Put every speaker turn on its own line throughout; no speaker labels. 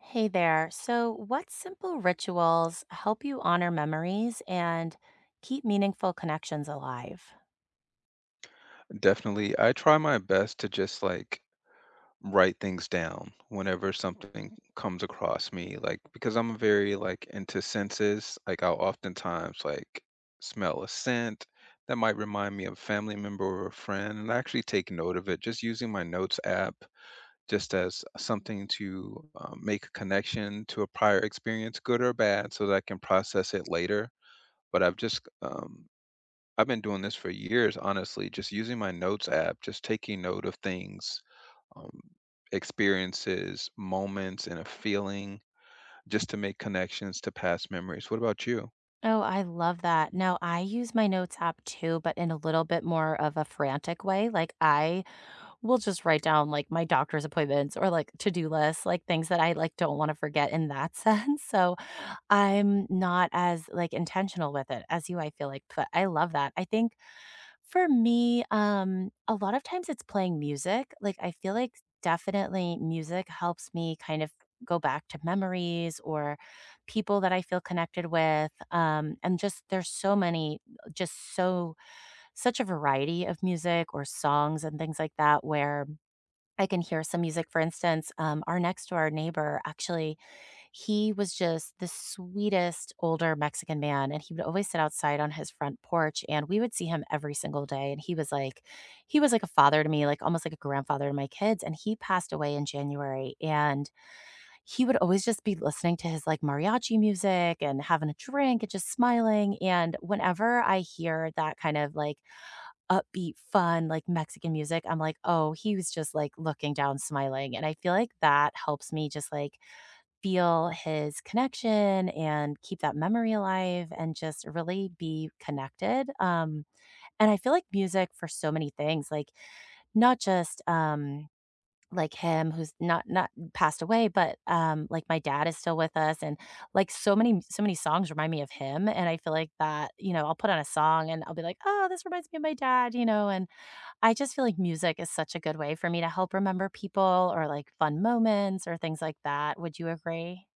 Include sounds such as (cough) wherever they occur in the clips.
Hey there. So, what simple rituals help you honor memories and keep meaningful connections alive?
Definitely. I try my best to just like write things down whenever something comes across me. Like because I'm very like into senses, like I'll oftentimes like smell a scent that might remind me of a family member or a friend, and I actually take note of it just using my notes app just as something to make a connection to a prior experience, good or bad, so that I can process it later. But I've been doing this for years, honestly, just using my notes app, just taking note of things, um, experiences, moments, and a feeling just to make connections to past memories. What about you?
Oh, I love that. No, I use my notes app too, but in a little bit more of a frantic way. Like I will just write down like my doctor's appointments or like to-do lists, like things that I like don't want to forget in that (laughs) sense. So, I'm not as like intentional with it as you, I feel like, but I love that. I think for me, a lot of times it's playing music. Like, I feel like definitely music helps me kind of go back to memories or people that I feel connected with. And just there's so many, just so, such a variety of music or songs and things like that where I can hear some music. For instance, our next door neighbor actually he was just the sweetest older Mexican man, and he would always sit outside on his front porch, and we would see him every single day, and he was like a father to me, like, almost like a grandfather to my kids, and he passed away in January, and he would always just be listening to his, like, mariachi music and having a drink and just smiling, and whenever I hear that kind of, like, upbeat, fun, like, Mexican music, I'm like, "Oh, he was just, like, looking down, smiling," and I feel like that helps me just, like, feel his connection and keep that memory alive and just really be connected. And I feel like music for so many things, like not just like him who's not passed away, but like my dad is still with us and like so many songs remind me of him. And I feel like that, you know, I'll put on a song and I'll be like, oh, this reminds me of my dad, you know, and I just feel like music is such a good way for me to help remember people or like fun moments or things like that. Would you agree?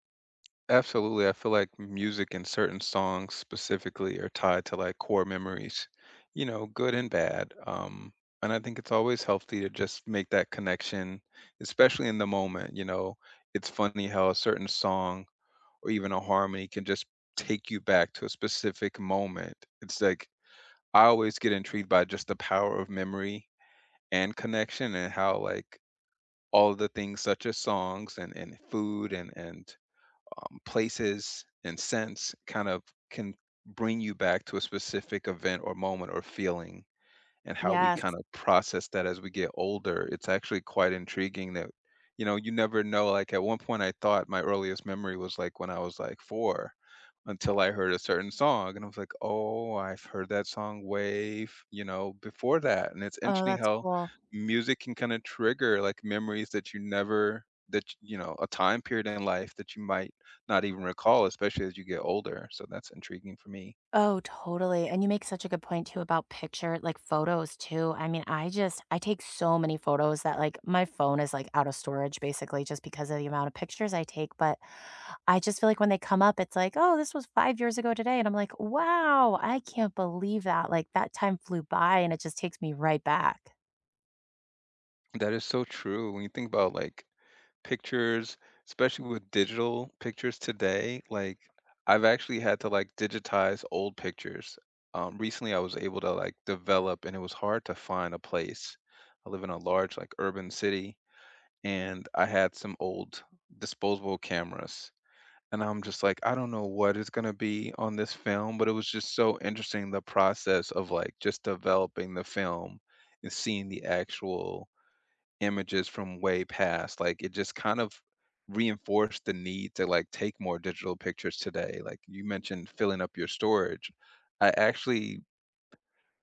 Absolutely. I feel like music and certain songs specifically are tied to like core memories, you know, good and bad. And I think it's always healthy to just make that connection, especially in the moment. You know, it's funny how a certain song or even a harmony can just take you back to a specific moment. It's like I always get intrigued by just the power of memory and connection and how like all the things such as songs and food and places and scents kind of can bring you back to a specific event or moment or feeling, and how we
Yes.
kind of process that as we get older. It's actually quite intriguing that, you know, you never know. Like at one point, I thought my earliest memory was like when I was like four until I heard a certain song. And I was like, oh, I've heard that song way, you know, before that. And it's
Oh,
interesting
that's
how
cool.
music can kind of trigger like memories that you never, you know, a time period in life that you might not even recall, especially as you get older. So that's intriguing for me.
Oh, totally. And you make such a good point too about picture, like photos too. I mean, I just I take so many photos that like my phone is like out of storage basically just because of the amount of pictures I take. But I just feel like when they come up, it's like, oh, this was 5 years ago today. And I'm like, wow, I can't believe that. Like that time flew by and it just takes me right back.
That is so true. When you think about like pictures, especially with digital pictures today, like I've actually had to like digitize old pictures. Recently, I was able to like develop, and it was hard to find a place. I live in a large like urban city, and I had some old disposable cameras. And I'm just like, I don't know what is going to be on this film, but it was just so interesting the process of like just developing the film and seeing the actual images from way past. Like, it just kind of reinforced the need to like take more digital pictures today, like you mentioned filling up your storage. I actually,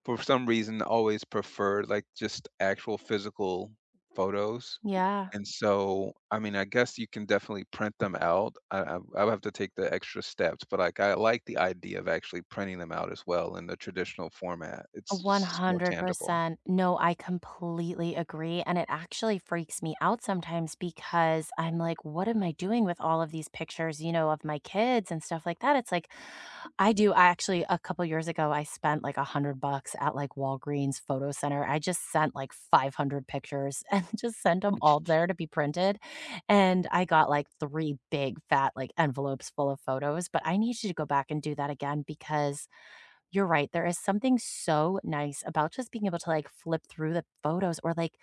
for some reason, always preferred like just actual physical photos,
Yeah.
and so, I mean, I guess you can definitely print them out. I would have to take the extra steps, but like, I like the idea of actually printing them out as well in the traditional format. It's just it's more tangible.
100%. No, I completely agree. And it actually freaks me out sometimes because I'm like, what am I doing with all of these pictures, you know, of my kids and stuff like that? It's like, I do. I actually, a couple years ago, I spent like 100 bucks at like Walgreens Photo Center. I just sent like 500 pictures (laughs) and just sent them all there to be printed. And I got like three big fat like envelopes full of photos. But I need you to go back and do that again because you're right. There is something so nice about just being able to like flip through the photos or like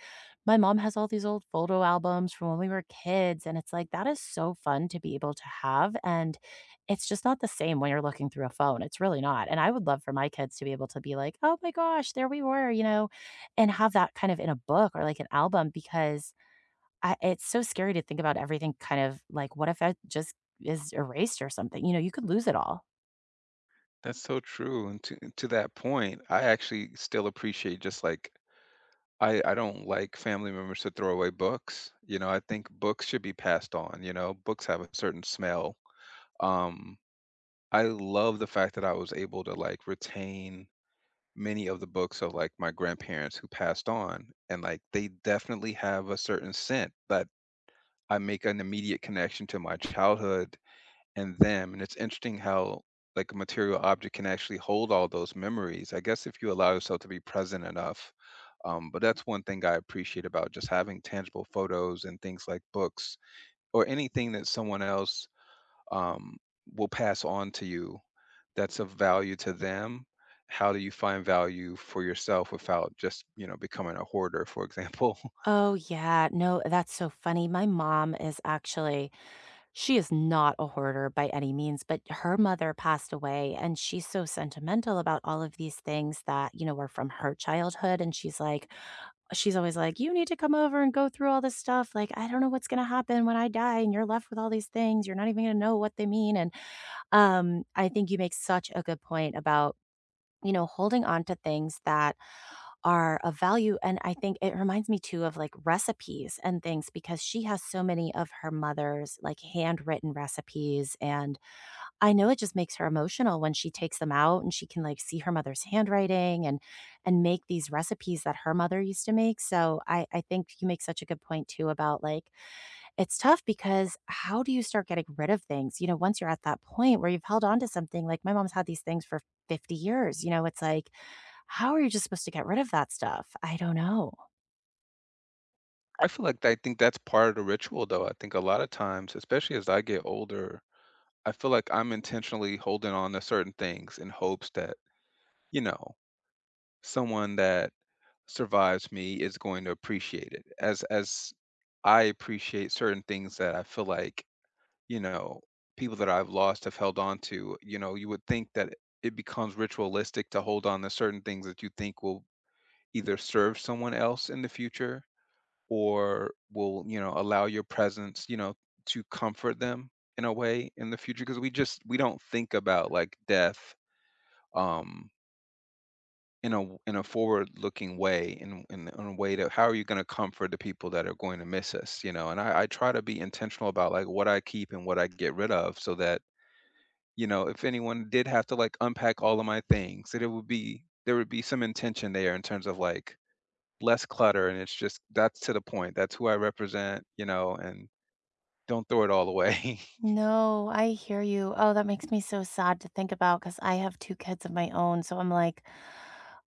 my mom has all these old photo albums from when we were kids. And it's like that is so fun to be able to have. And it's just not the same when you're looking through a phone. It's really not. And I would love for my kids to be able to be like, oh my gosh, there we were, you know, and have that kind of in a book or like an album because I, it's so scary to think about everything kind of like, what if it just is erased or something? You know, you could lose it all.
That's so true, and to that point, I actually still appreciate just like I don't like family members to throw away books. You know, I think books should be passed on. You know, books have a certain smell. Um, I love the fact that I was able to like retain many of the books of like my grandparents who passed on, and like they definitely have a certain scent that I make an immediate connection to my childhood and them. And it's interesting how like a material object can actually hold all those memories. I guess if you allow yourself to be present enough. But that's one thing I appreciate about just having tangible photos and things like books or anything that someone else um, will pass on to you that's of value to them. How do you find value for yourself without just, you know, becoming a hoarder, for example? (laughs)
Oh, yeah. No, that's so funny. My mom is actually, she is not a hoarder by any means, but her mother passed away and she's so sentimental about all of these things that, you know, were from her childhood. And she's like, she's always like, you need to come over and go through all this stuff. Like, I don't know what's going to happen when I die and you're left with all these things. You're not even going to know what they mean. And I think you make such a good point about, you know, holding on to things that are of value, and I think it reminds me too of, like, recipes and things because she has so many of her mother's, like, handwritten recipes, and I know it just makes her emotional when she takes them out and she can, like, see her mother's handwriting and make these recipes that her mother used to make, so I think you make such a good point too about, like, it's tough because how do you start getting rid of things? You know, once you're at that point where you've held on to something, like, my mom's had these things for 50 years, you know, it's like, how are you just supposed to get rid of that stuff? I don't know.
I feel like I think that's part of the ritual, though. I think a lot of times, especially as I get older, I feel like I'm intentionally holding on to certain things in hopes that, you know, someone that survives me is going to appreciate it as I appreciate certain things that I feel like, you know, people that I've lost have held on to. You know, you would think that it becomes ritualistic to hold on to certain things that you think will either serve someone else in the future, or will, you know, allow your presence, you know, to comfort them in a way in the future, because we just we don't think about like death, um in a in a forward looking way, in, in a way that how are you going to comfort the people that are going to miss us, you know? And I try to be intentional about like what I keep and what I get rid of, so that, you know, if anyone did have to like unpack all of my things, that it would be there would be some intention there in terms of like less clutter, and it's just that's to the point, that's who I represent, you know? And don't throw it all away. (laughs)
No, I hear you. Oh, that makes me so sad to think about because I have two kids of my own. So I'm like,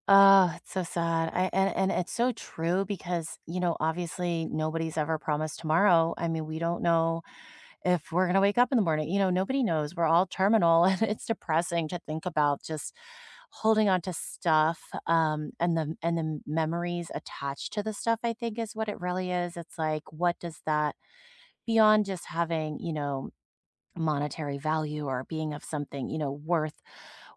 oh, it's so sad. I and it's so true because, you know, obviously nobody's ever promised tomorrow. I mean, we don't know if we're gonna wake up in the morning. You know, nobody knows. We're all terminal (laughs) and it's depressing to think about just holding on to stuff and the memories attached to the stuff, I think is what it really is. It's like, what does that beyond just having, you know, monetary value or being of something, you know, worth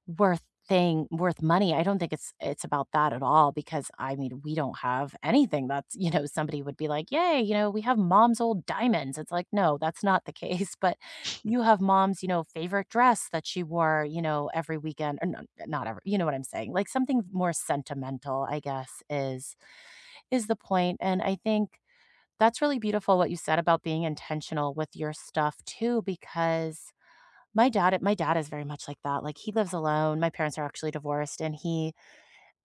worth thing worth money. I don't think it's about that at all because I mean, we don't have anything that's, you know, somebody would be like, "Yay, you know, we have mom's old diamonds." It's like, "No, that's not the case." (laughs) But you have mom's, you know, favorite dress that she wore, you know, every weekend or not, not every, you know what I'm saying? Like something more sentimental, I guess, is the point. And I think that's really beautiful what you said about being intentional with your stuff too, because my dad is very much like that. Like, he lives alone. My parents are actually divorced, and he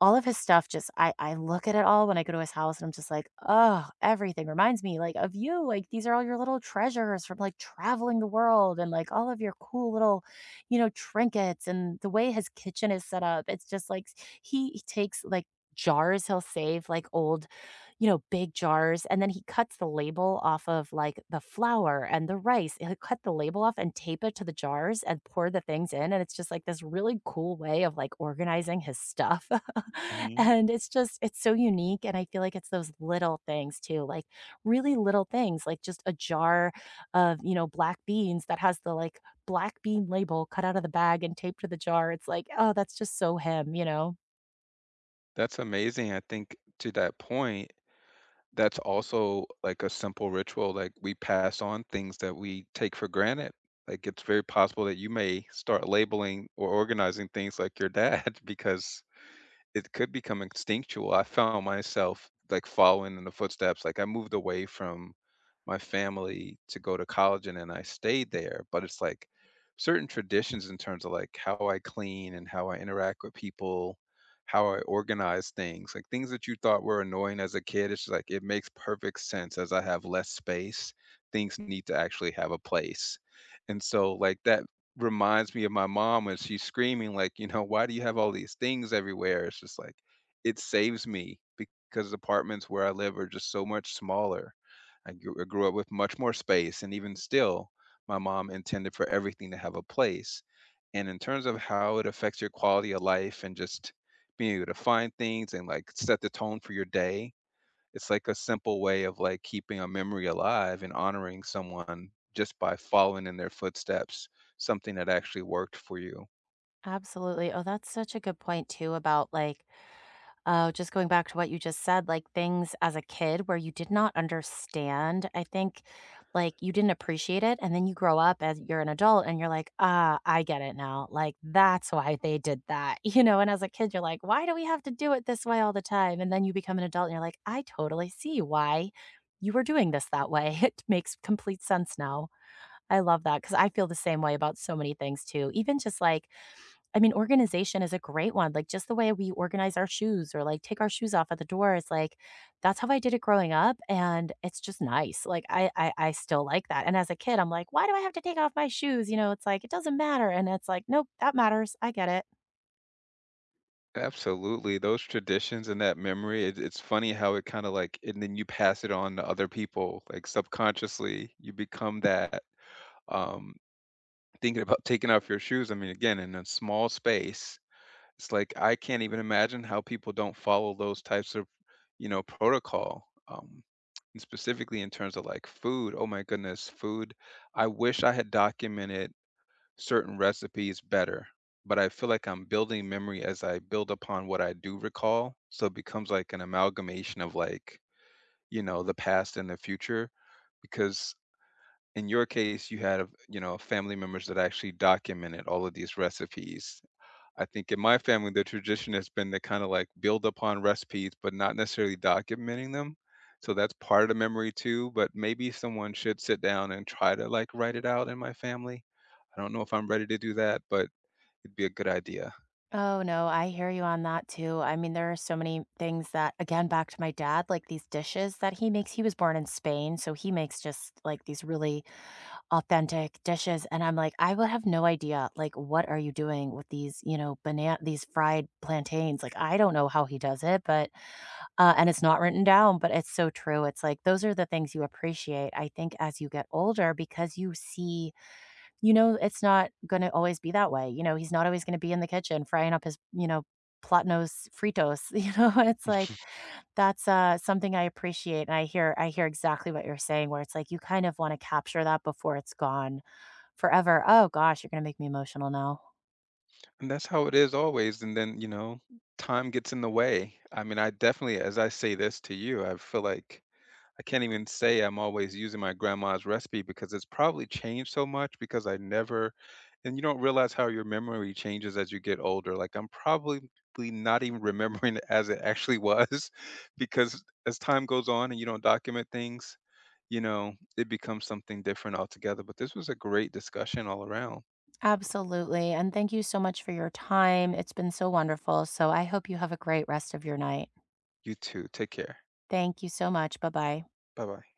all of his stuff just I look at it all when I go to his house, and I'm just like, oh, everything reminds me, like, of you. Like, these are all your little treasures from, like, traveling the world and, like, all of your cool little, you know, trinkets." And the way his kitchen is set up, it's just like s he takes, like, jars he'll save, like, old you know, big jars, and then he cuts the label off of, like, the flour and the rice. He'll cut the label off and tape it to the jars and pour the things in, and it's just, like, this really cool way of, like, organizing his stuff. (laughs)
Mhm.
And it's just it's so unique, and I feel like it's those little things too, like, really little things, like just a jar of, you know, black beans that has the, like, black bean label cut out of the bag and taped to the jar. It's like, oh, that's just so him, you know?
That's amazing. I think to that point, that's also like a simple ritual. Like we pass on things that we take for granted. Like it's very possible that you may start labeling or organizing things like your dad (laughs) because it could become instinctual. I found myself like following in the footsteps. Like I moved away from my family to go to college and then I stayed there. But it's like certain traditions in terms of like how I clean and how I interact with people, how I organize things, like things that you thought were annoying as a kid. It's just like it makes perfect sense as I have less space. Things need to actually have a place. And so like that reminds me of my mom when she's screaming like, you know, "Why do you have all these things everywhere?" It's just like it saves me because the apartments where I live are just so much smaller. I grew up with much more space, and even still, my mom intended for everything to have a place. And in terms of how it affects your quality of life and just being able to find things and like set the tone for your day, it's like a simple way of like keeping a memory alive and honoring someone just by following in their footsteps, something that actually worked for you.
Absolutely. Oh, that's such a good point too about, like oh, just going back to what you just said, like, things as a kid where you did not understand, I think, like, you didn't appreciate it, and then you grow up as you're an adult, and you're like, "Ah, I get it now, like, that's why they did that," (laughs) you know, and as a kid, you're like, "Why do we have to do it this way all the time?" And then you become an adult, and you're like, "I totally see why you were doing this that way. (laughs) It makes complete sense now." I love that because I feel the same way about so many things too, even just, like, I mean, organization is a great one. Like just the way we organize our shoes or like take our shoes off at the door is like that's how I did it growing up and it's just nice. Like I, I still like that. And as a kid, I'm like, why do I have to take off my shoes? You know, it's like it doesn't matter. And it's like, nope, that matters. I get it.
Absolutely, those traditions and that memory, it's funny how it kinda, like, and then you pass it on to other people, like, subconsciously, you become that, um, thinking about taking off your shoes. I mean, again, in a small space, it's like I can't even imagine how people don't follow those types of, you know, protocol. And specifically in terms of like food. Oh my goodness, food. I wish I had documented certain recipes better, but I feel like I'm building memory as I build upon what I do recall. So it becomes like an amalgamation of like, you know, the past and the future. Because in your case, you had, you know, family members that actually documented all of these recipes. I think in my family, the tradition has been to kind of like build upon recipes, but not necessarily documenting them. So that's part of the memory too. But maybe someone should sit down and try to like write it out in my family. I don't know if I'm ready to do that, but it'd be a good idea.
Oh no, I hear you on that too. I mean, there are so many things that again back to my dad, like these dishes that he makes. He was born in Spain, so he makes just like these really authentic dishes, and I'm like, "I would have no idea, like, what are you doing with these, you know, banana, these fried plantains?" Like, I don't know how he does it, but and it's not written down, but it's so true. It's like, those are the things you appreciate, I think, as you get older because you see you know, it's not gonna always be that way, you know, he's not always gonna be in the kitchen frying up his, you know, platnos Fritos, (laughs) you know? It's like, that's, something I appreciate, and I hear exactly what you're saying where it's like, you kind of wanna capture that before it's gone. Forever. Oh gosh, you're gonna make me emotional now.
And that's how it is always. And then, you know, time gets in the way. I mean, I definitely, as I say this to you, I feel like I can't even say I'm always using my grandma's recipe because it's probably changed so much because I never and you don't realize how your memory changes as you get older. Like I'm probably not even remembering it as it actually was (laughs) because as time goes on and you don't document things, you know, it becomes something different altogether. But this was a great discussion all around.
Absolutely, and thank you so much for your time. It's been so wonderful, so I hope you have a great rest of your night.
You too. Take care.
Thank you so much. Bye-bye.
Bye bye.